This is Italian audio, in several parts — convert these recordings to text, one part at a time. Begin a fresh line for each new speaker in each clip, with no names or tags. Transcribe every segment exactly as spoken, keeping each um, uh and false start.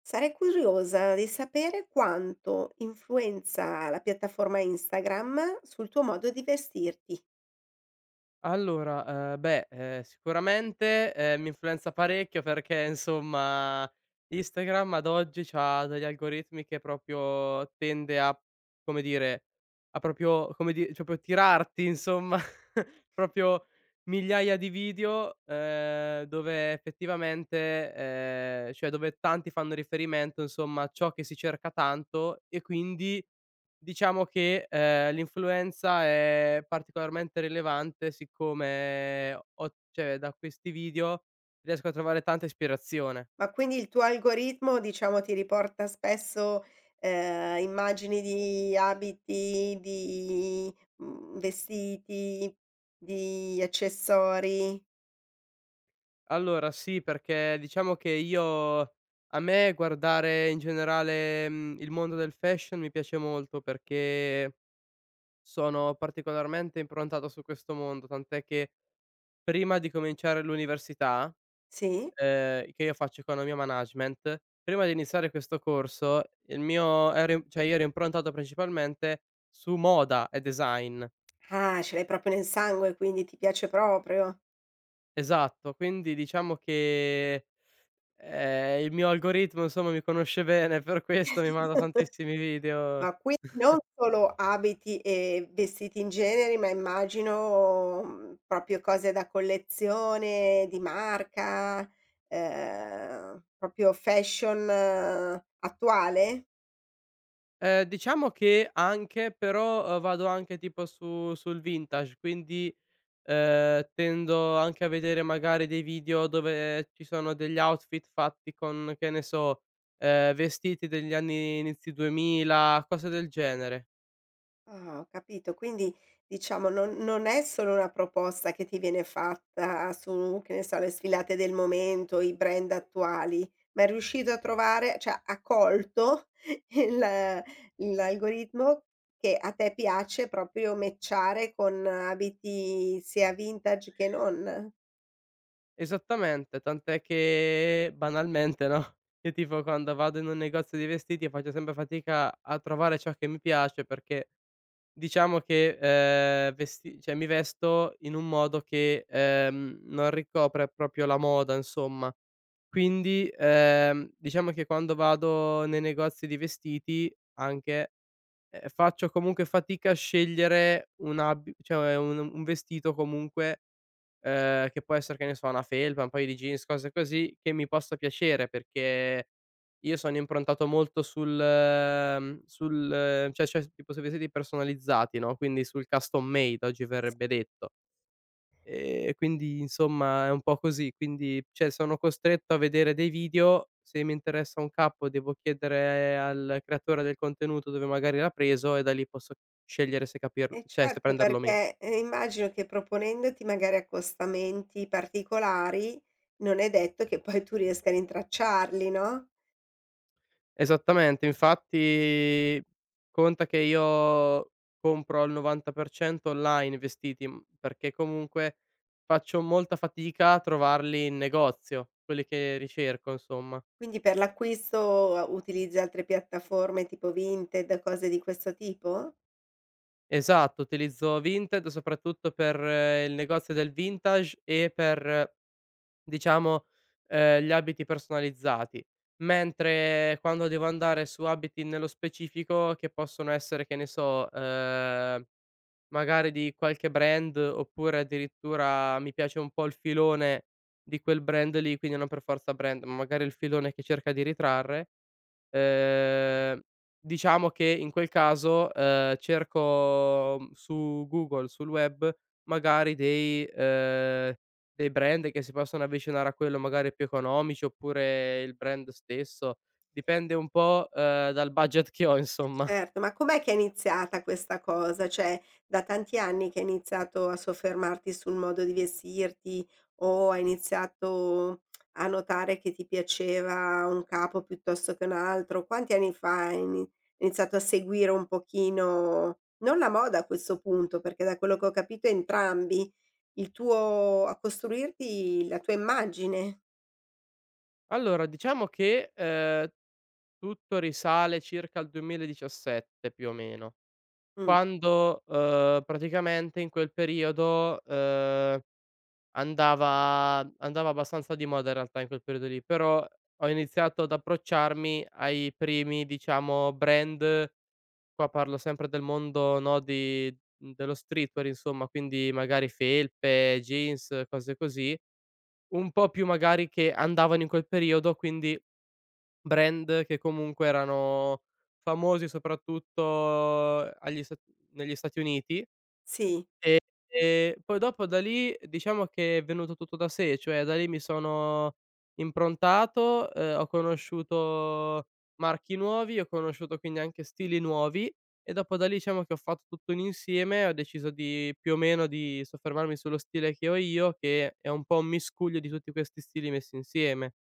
Sarei curiosa di sapere quanto influenza la piattaforma Instagram sul tuo modo di vestirti.
Allora, ehm, beh, ehm, sicuramente, ehm, mi influenza parecchio, perché insomma Instagram ad oggi c'ha degli algoritmi che proprio tende a, come dire, a proprio come di cioè proprio tirarti insomma proprio migliaia di video, ehm, dove effettivamente, ehm, cioè dove tanti fanno riferimento insomma a ciò che si cerca tanto, e quindi diciamo che, ehm, l'influenza è particolarmente rilevante, siccome ho cioè da questi video riesco a trovare tanta ispirazione.
Ma quindi il tuo algoritmo, diciamo, ti riporta spesso, ehm, immagini di abiti, di, mhmm, vestiti, di accessori?
Allora sì, perché diciamo che io, a me guardare in generale, mhmm, il mondo del fashion mi piace molto, perché sono particolarmente improntato su questo mondo, tant'è che prima di cominciare l'università,
Sì?
ehm, che io faccio economia management, prima di iniziare questo corso il mio ero im cioè io ero improntato principalmente su moda e design.
Ah, ce l'hai proprio nel sangue, quindi ti piace proprio.
Esatto, quindi diciamo che, ehm, il mio algoritmo insomma mi conosce bene, per questo mi manda tantissimi video.
Ma quindi non solo abiti e vestiti in generi, ma immagino, mhmm, proprio cose da collezione, di marca, ehm, proprio fashion eh, attuale?
Ehm, diciamo che anche, però, uhm, vado anche tipo su sul vintage, quindi Ehm, tendo anche a vedere magari dei video dove ci sono degli outfit fatti con, che ne so, ehm, vestiti degli anni inizi duemila, cose del genere.
Ah, ho capito. Quindi diciamo non non è solo una proposta che ti viene fatta su, che ne so, le sfilate del momento, i brand attuali, ma è riuscito a trovare cioè ha colto il l'algoritmo che a te piace proprio match-are con abiti sia vintage che non.
Esattamente, tant'è che banalmente, no, io tipo quando vado in un negozio di vestiti faccio sempre fatica a trovare ciò che mi piace, perché diciamo che, ehm, vesti cioè mi vesto in un modo che, ehm, non ricopre proprio la moda insomma. Quindi, ehm, diciamo che quando vado nei negozi di vestiti anche, ehm, faccio comunque fatica a scegliere un abi cioè un un vestito, comunque, ehm, che può essere, che ne so, una felpa, un paio di jeans, cose così, che mi possa piacere, perché io sono improntato molto sul mhmm, sul eh, cioè cioè tipo sui vestiti personalizzati, no, quindi sul custom made, oggi verrebbe detto. Ehm, quindi insomma è un po' così, quindi cioè sono costretto a vedere dei video. Se mi interessa un capo devo chiedere al creatore del contenuto dove magari l'ha preso, e da lì posso scegliere se capirl
Eh
cioè se
certo,
prenderlo o meno.
perché, ehm, immagino che proponendoti magari accostamenti particolari, non è detto che poi tu riesca a rintracciarli, no?
Esattamente, infatti, conta che io compro al novanta per cento online i vestiti, mhmm, perché comunque faccio molta fatica a trovarli in negozio, quelli che ricerco insomma.
Quindi per l'acquisto utilizzi altre piattaforme tipo Vinted, cose di questo tipo?
Esatto, utilizzo Vinted soprattutto per eh, il negozio del vintage e per eh, diciamo, ehm, gli abiti personalizzati, mentre quando devo andare su abiti nello specifico che possono essere, che ne so, ehm magari di qualche brand, oppure addirittura mi piace un po' il filone di quel brand lì, quindi non per forza brand, ma magari il filone che cerca di ritrarre, ehm, diciamo che in quel caso, ehm, cerco, mhmm, su Google, sul web, magari dei ehm, dei brand che si possono avvicinare a quello, magari più economici, oppure il brand stesso. Dipende un po', ehm, dal budget che ho insomma.
Certo, ma com'è che è iniziata questa cosa? Cioè, da tanti anni che hai iniziato a soffermarti sul modo di vestirti o hai iniziato a notare che ti piaceva un capo piuttosto che un altro? Quanti anni fa hai ini- iniziato a seguire un pochino, non la moda a questo punto, perché da quello che ho capito entrambi, il tuo, a costruirti la tua immagine?
Allora diciamo che, ehm tutto risale circa al duemiladiciassette, più o meno,
Mh,
quando, uhm, praticamente in quel periodo, uhm, andava andava abbastanza di moda in realtà in quel periodo lì, però ho iniziato ad approcciarmi ai primi, diciamo, brand. Qua parlo sempre del mondo, no, di mhmm, dello streetwear insomma, quindi magari felpe, jeans, cose così, un po' più magari che andavano in quel periodo, quindi brand che comunque erano famosi soprattutto agli Sta negli Stati Uniti,
sì,
e e poi dopo da lì diciamo che è venuto tutto da sé, cioè da lì mi sono improntato, ehm, ho conosciuto marchi nuovi, ho conosciuto quindi anche stili nuovi, e dopo da lì diciamo che ho fatto tutto un insieme, ho deciso di più o meno di soffermarmi sullo stile che ho io, che è un po' un miscuglio di tutti questi stili messi insieme.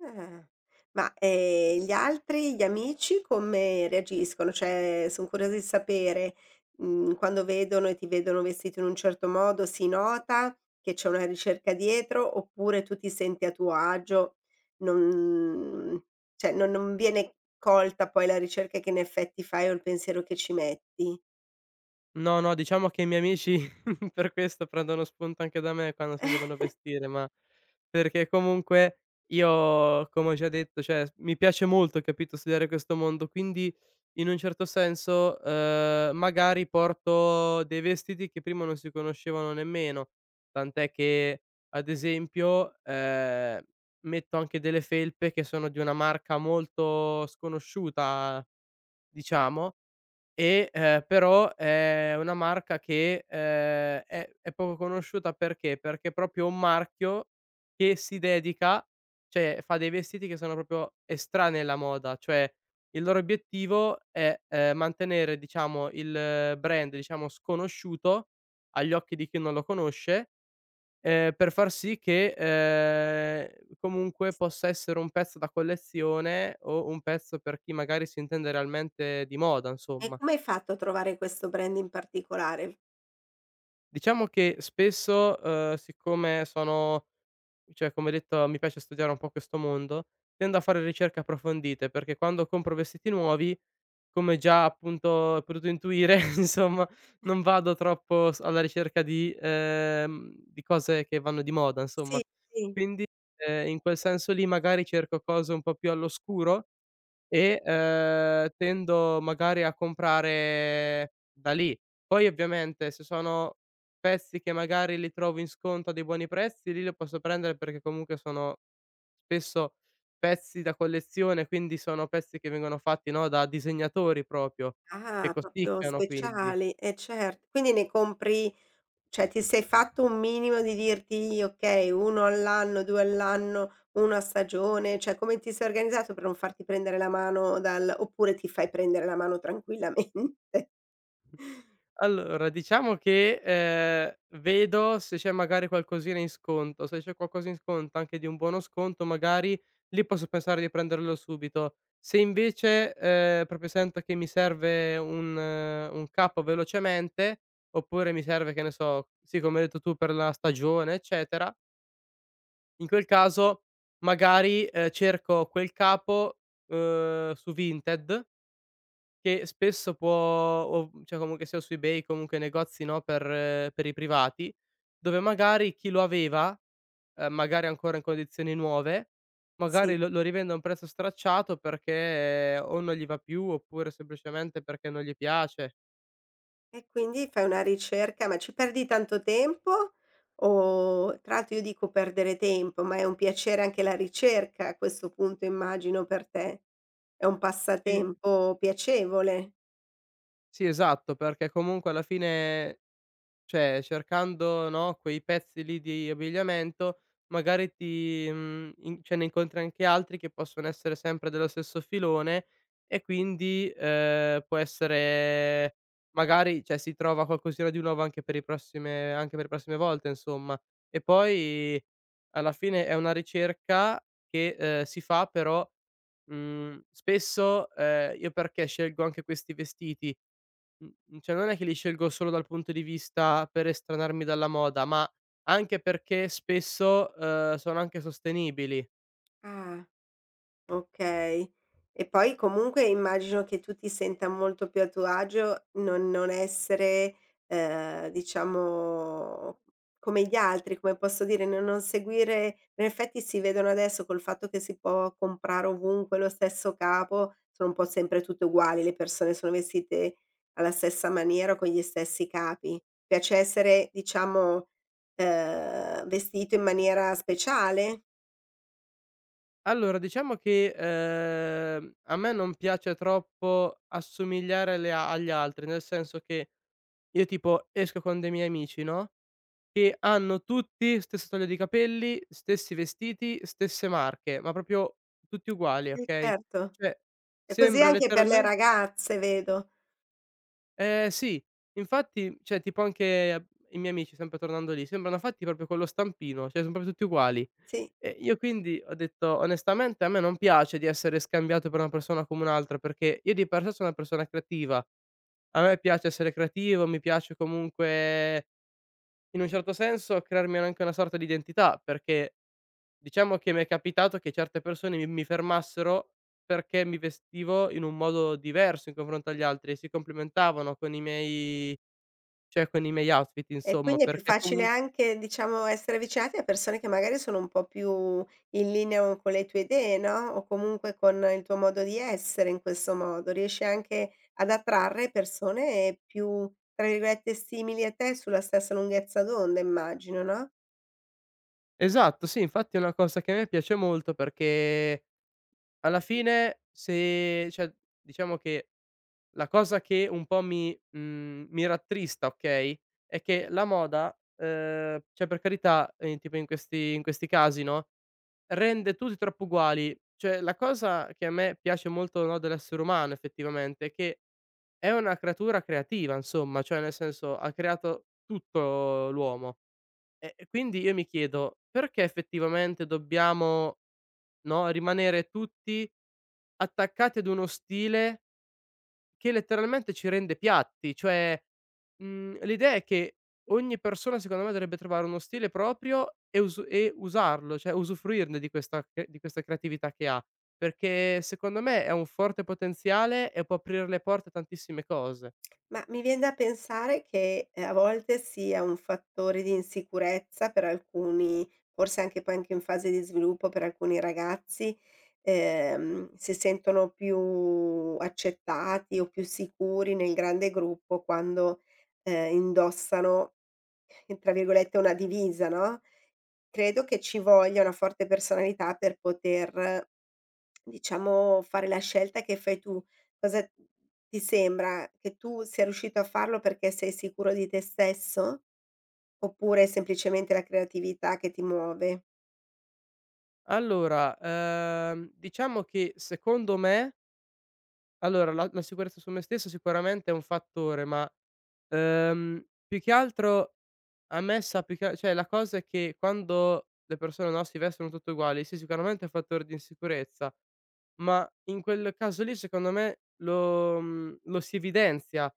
eh. Ma, ehm, gli altri, gli amici come reagiscono? Cioè, son curiosa di sapere, mhmm, quando vedono e ti vedono vestito in un certo modo, si nota che c'è una ricerca dietro, oppure tu ti senti a tuo agio, non cioè non non viene colta poi la ricerca che in effetti fai o il pensiero che ci metti?
No, no, diciamo che i miei amici per questo prendono spunto anche da me quando si devono vestire, ma perché comunque io, come ho già detto, cioè mi piace molto, capito, studiare questo mondo, quindi in un certo senso, ehm, magari porto dei vestiti che prima non si conoscevano nemmeno, tant'è che, ad esempio, ehm, metto anche delle felpe che sono di una marca molto sconosciuta, diciamo, e, ehm, però è una marca che, ehm, è è poco conosciuta. Perché? Perché è proprio un marchio che si dedica, cioè fa dei vestiti che sono proprio estranei alla moda, cioè il loro obiettivo è, ehm, mantenere diciamo il eh, brand, diciamo sconosciuto agli occhi di chi non lo conosce, ehm, per far sì che, ehm, comunque possa essere un pezzo da collezione o un pezzo per chi magari si intende realmente di moda,
E
insomma.
come hai fatto a trovare questo brand in particolare?
Diciamo che spesso, uhm, siccome sono, cioè come detto mi piace studiare un po' questo mondo, tendo a fare ricerche approfondite, perché quando compro vestiti nuovi, come già appunto hai potuto intuire, insomma, non vado troppo s alla ricerca di ehm, di cose che vanno di moda, insomma.
Sì, sì.
Quindi, ehm, in quel senso lì magari cerco cose un po' più all'oscuro, e, ehm, tendo magari a comprare da lì. Poi ovviamente se sono pezzi che magari li trovo in sconto a dei buoni prezzi, lì li posso prendere, perché comunque sono spesso pezzi da collezione, quindi sono pezzi che vengono fatti, no, da disegnatori proprio, che
Ah, proprio
costicchiano quindi.
speciali, eh cert quindi ne compri cioè ti sei fatto un minimo di dirti: "Okay, uno all'anno, due all'anno, uno a stagione", cioè come ti sei organizzato per non farti prendere la mano dal oppure ti fai prendere la mano tranquillamente?
Allora, diciamo che, ehm, vedo se c'è magari qualcosina in sconto. Se c'è qualcosa in sconto, anche di un buono sconto magari, lì posso pensare di prenderlo subito. Se invece, ehm, proprio sento che mi serve un eh, un capo velocemente, oppure mi serve, che ne so, sì, come hai detto tu, per la stagione eccetera, in quel caso magari, ehm, cerco quel capo, uhm, su Vinted, che spesso può o mhmm, cioè comunque sia su eBay, comunque negozi, no, per eh, per i privati, dove magari chi lo aveva, ehm, magari ancora in condizioni nuove, magari
Sì.
lo lo rivende a un prezzo stracciato, perché eh, o non gli va più, oppure semplicemente perché non gli piace.
E quindi fai una ricerca, ma ci perdi tanto tempo o tra l'altro io dico perdere tempo, ma è un piacere anche la ricerca a questo punto immagino per te. È un
Sì,
passatempo piacevole.
sì, esatto, perché comunque alla fine, cioè cercando, no, quei pezzi lì di abbigliamento, magari ti mhmm, in cioè ne incontri anche altri che possono essere sempre dello stesso filone, e quindi, ehm, può essere magari, cioè si trova qualcosina di nuovo anche per i prossime anche per le prossime volte insomma. E poi alla fine è una ricerca che, ehm, si fa, però, mhmm, spesso, ehm, io perché scelgo anche questi vestiti? Mh-mh, cioè non è che li scelgo solo dal punto di vista per estraniarmi dalla moda, ma anche perché spesso, uhm, sono anche sostenibili.
Ah. Okay. E poi comunque immagino che tu ti senta molto più a tuo agio non non essere, ehm, diciamo come gli altri, come posso dire, no non seguire in effetti si vedono adesso col fatto che si può comprare ovunque lo stesso capo, sono un po' sempre tutte uguali, le persone sono vestite alla stessa maniera o con gli stessi capi. Piace essere diciamo, ehm, vestito in maniera speciale?
Allora diciamo che, ehm, a me non piace troppo assomigliare alle a agli altri, nel senso che io tipo esco con dei miei amici, no, che hanno tutti stesso taglio di capelli, stessi vestiti, stesse marche, ma proprio tutti uguali,
Mh.
okay,
Certo.
cioè
È così
sembra
anche per le
letteralmen.
ragazze vedo,
Eh sì, infatti, cioè tipo anche a i miei amici, sempre tornando lì, sembrano fatti proprio con lo stampino, cioè son proprio tutti uguali.
sì.
E io quindi ho detto: "Onestamente a me non piace di essere scambiato per una persona come un'altra, perché io di per sé sono una persona creativa." A me piace essere creativo, mi piace comunque in un certo senso crearmi anche una sorta di identità, perché diciamo che mi è capitato che certe persone mi mi fermassero perché mi vestivo in un modo diverso in confronto agli altri, e si complimentavano con i miei, cioè con i miei outfit
E
insomma,
quindi è più
perché
facile
comun
anche, diciamo, essere avvicinati a persone che magari sono un po' più in linea con le tue idee, no, o comunque con il tuo modo di essere in questo modo. Riesci anche ad attrarre persone più, tra virgolette, "simili a te", sulla stessa lunghezza d'onda immagino, no?
esatto, sì, infatti è una cosa che a me piace molto, perché alla fine se cioè diciamo che la cosa che un po' mi mhmm, mi rattrista, okay, è che la moda, ehm, cioè per carità, ehm, tipo in questi in questi casi, no, rende tutti troppo uguali. Cioè la cosa che a me piace molto, no, dell'essere umano effettivamente è che è una creatura creativa insomma, cioè nel senso ha creato tutto l'uomo. E e quindi io mi chiedo: perché effettivamente dobbiamo, no, rimanere tutti attaccati ad uno stile che letteralmente ci rende piatti? Cioè, mhmm, l'idea è che ogni persona secondo me dovrebbe trovare uno stile proprio, e usu e usarlo, cioè usufruirne di questa cre di questa creatività che ha, perché secondo me è un forte potenziale e può aprire le porte a tantissime cose.
Ma mi vien da pensare che, ehm, a volte sia un fattore di insicurezza per alcuni, forse anche poi anche in fase di sviluppo per alcuni ragazzi, ehm, si sentono più accettati o più sicuri nel grande gruppo quando, ehm, indossano, tra virgolette, "una divisa", no. Credo che ci voglia una forte personalità per poter, diciamo, fare la scelta che fai tu. Cosa ti sembra? Che tu sia riuscito a farlo perché sei sicuro di te stesso? Oppure è semplicemente la creatività che ti muove?
Allora, ehm, diciamo che secondo me. Allora, la la sicurezza su me stesso sicuramente è un fattore, ma, ehm, più che altro a me sa più che cioè la cosa è che quando le persone, no, si vestono tutte uguali, sì, sicuramente è un fattore di insicurezza, ma in quel caso lì secondo me lo mhmm, lo si evidenzia.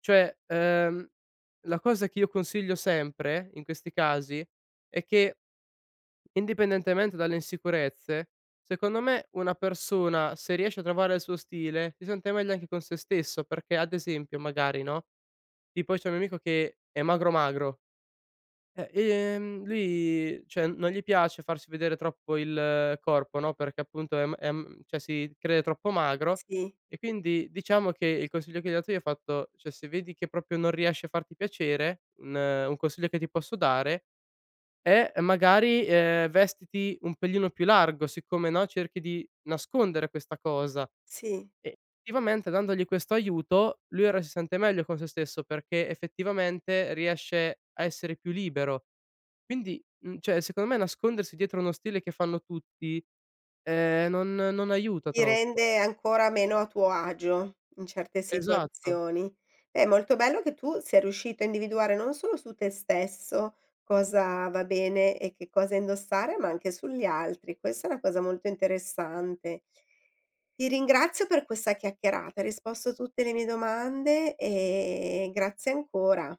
Cioè, ehm, la cosa che io consiglio sempre in questi casi è che, indipendentemente dalle insicurezze, secondo me una persona, se riesce a trovare il suo stile, si sente meglio anche con se stesso, perché ad esempio magari, no, tipo c'è un mio amico che è magro magro, eh, ehm, lui cioè non gli piace farsi vedere troppo il eh, corpo, no, perché appunto è m è m cioè si crede troppo magro,
Sì,
e quindi diciamo che il consiglio che gli ho dato io ho fatto: "Cioè se vedi che proprio non riesci a farti piacere, un eh, un consiglio che ti posso dare e magari, ehm, vestiti un pelino più largo, siccome, no, cerchi di nascondere questa cosa."
sì.
E effettivamente, dandogli questo aiuto, lui ora si sente meglio con se stesso, perché effettivamente riesce a essere più libero. Quindi, mhmm, cioè secondo me nascondersi dietro uno stile che fanno tutti, ehm, non non aiuta
Ti
troppo.
rende ancora meno a tuo agio in certe
Esatto.
situazioni. È molto bello che tu sia riuscito a individuare non solo su te stesso cosa va bene e che cosa indossare, ma anche sugli altri. Questa è una cosa molto interessante. Ti ringrazio per questa chiacchierata, hai risposto a tutte le mie domande e grazie ancora.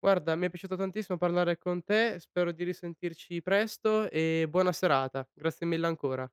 Guarda, mi è piaciuto tantissimo parlare con te, spero di risentirci presto e buona serata. Grazie mille ancora.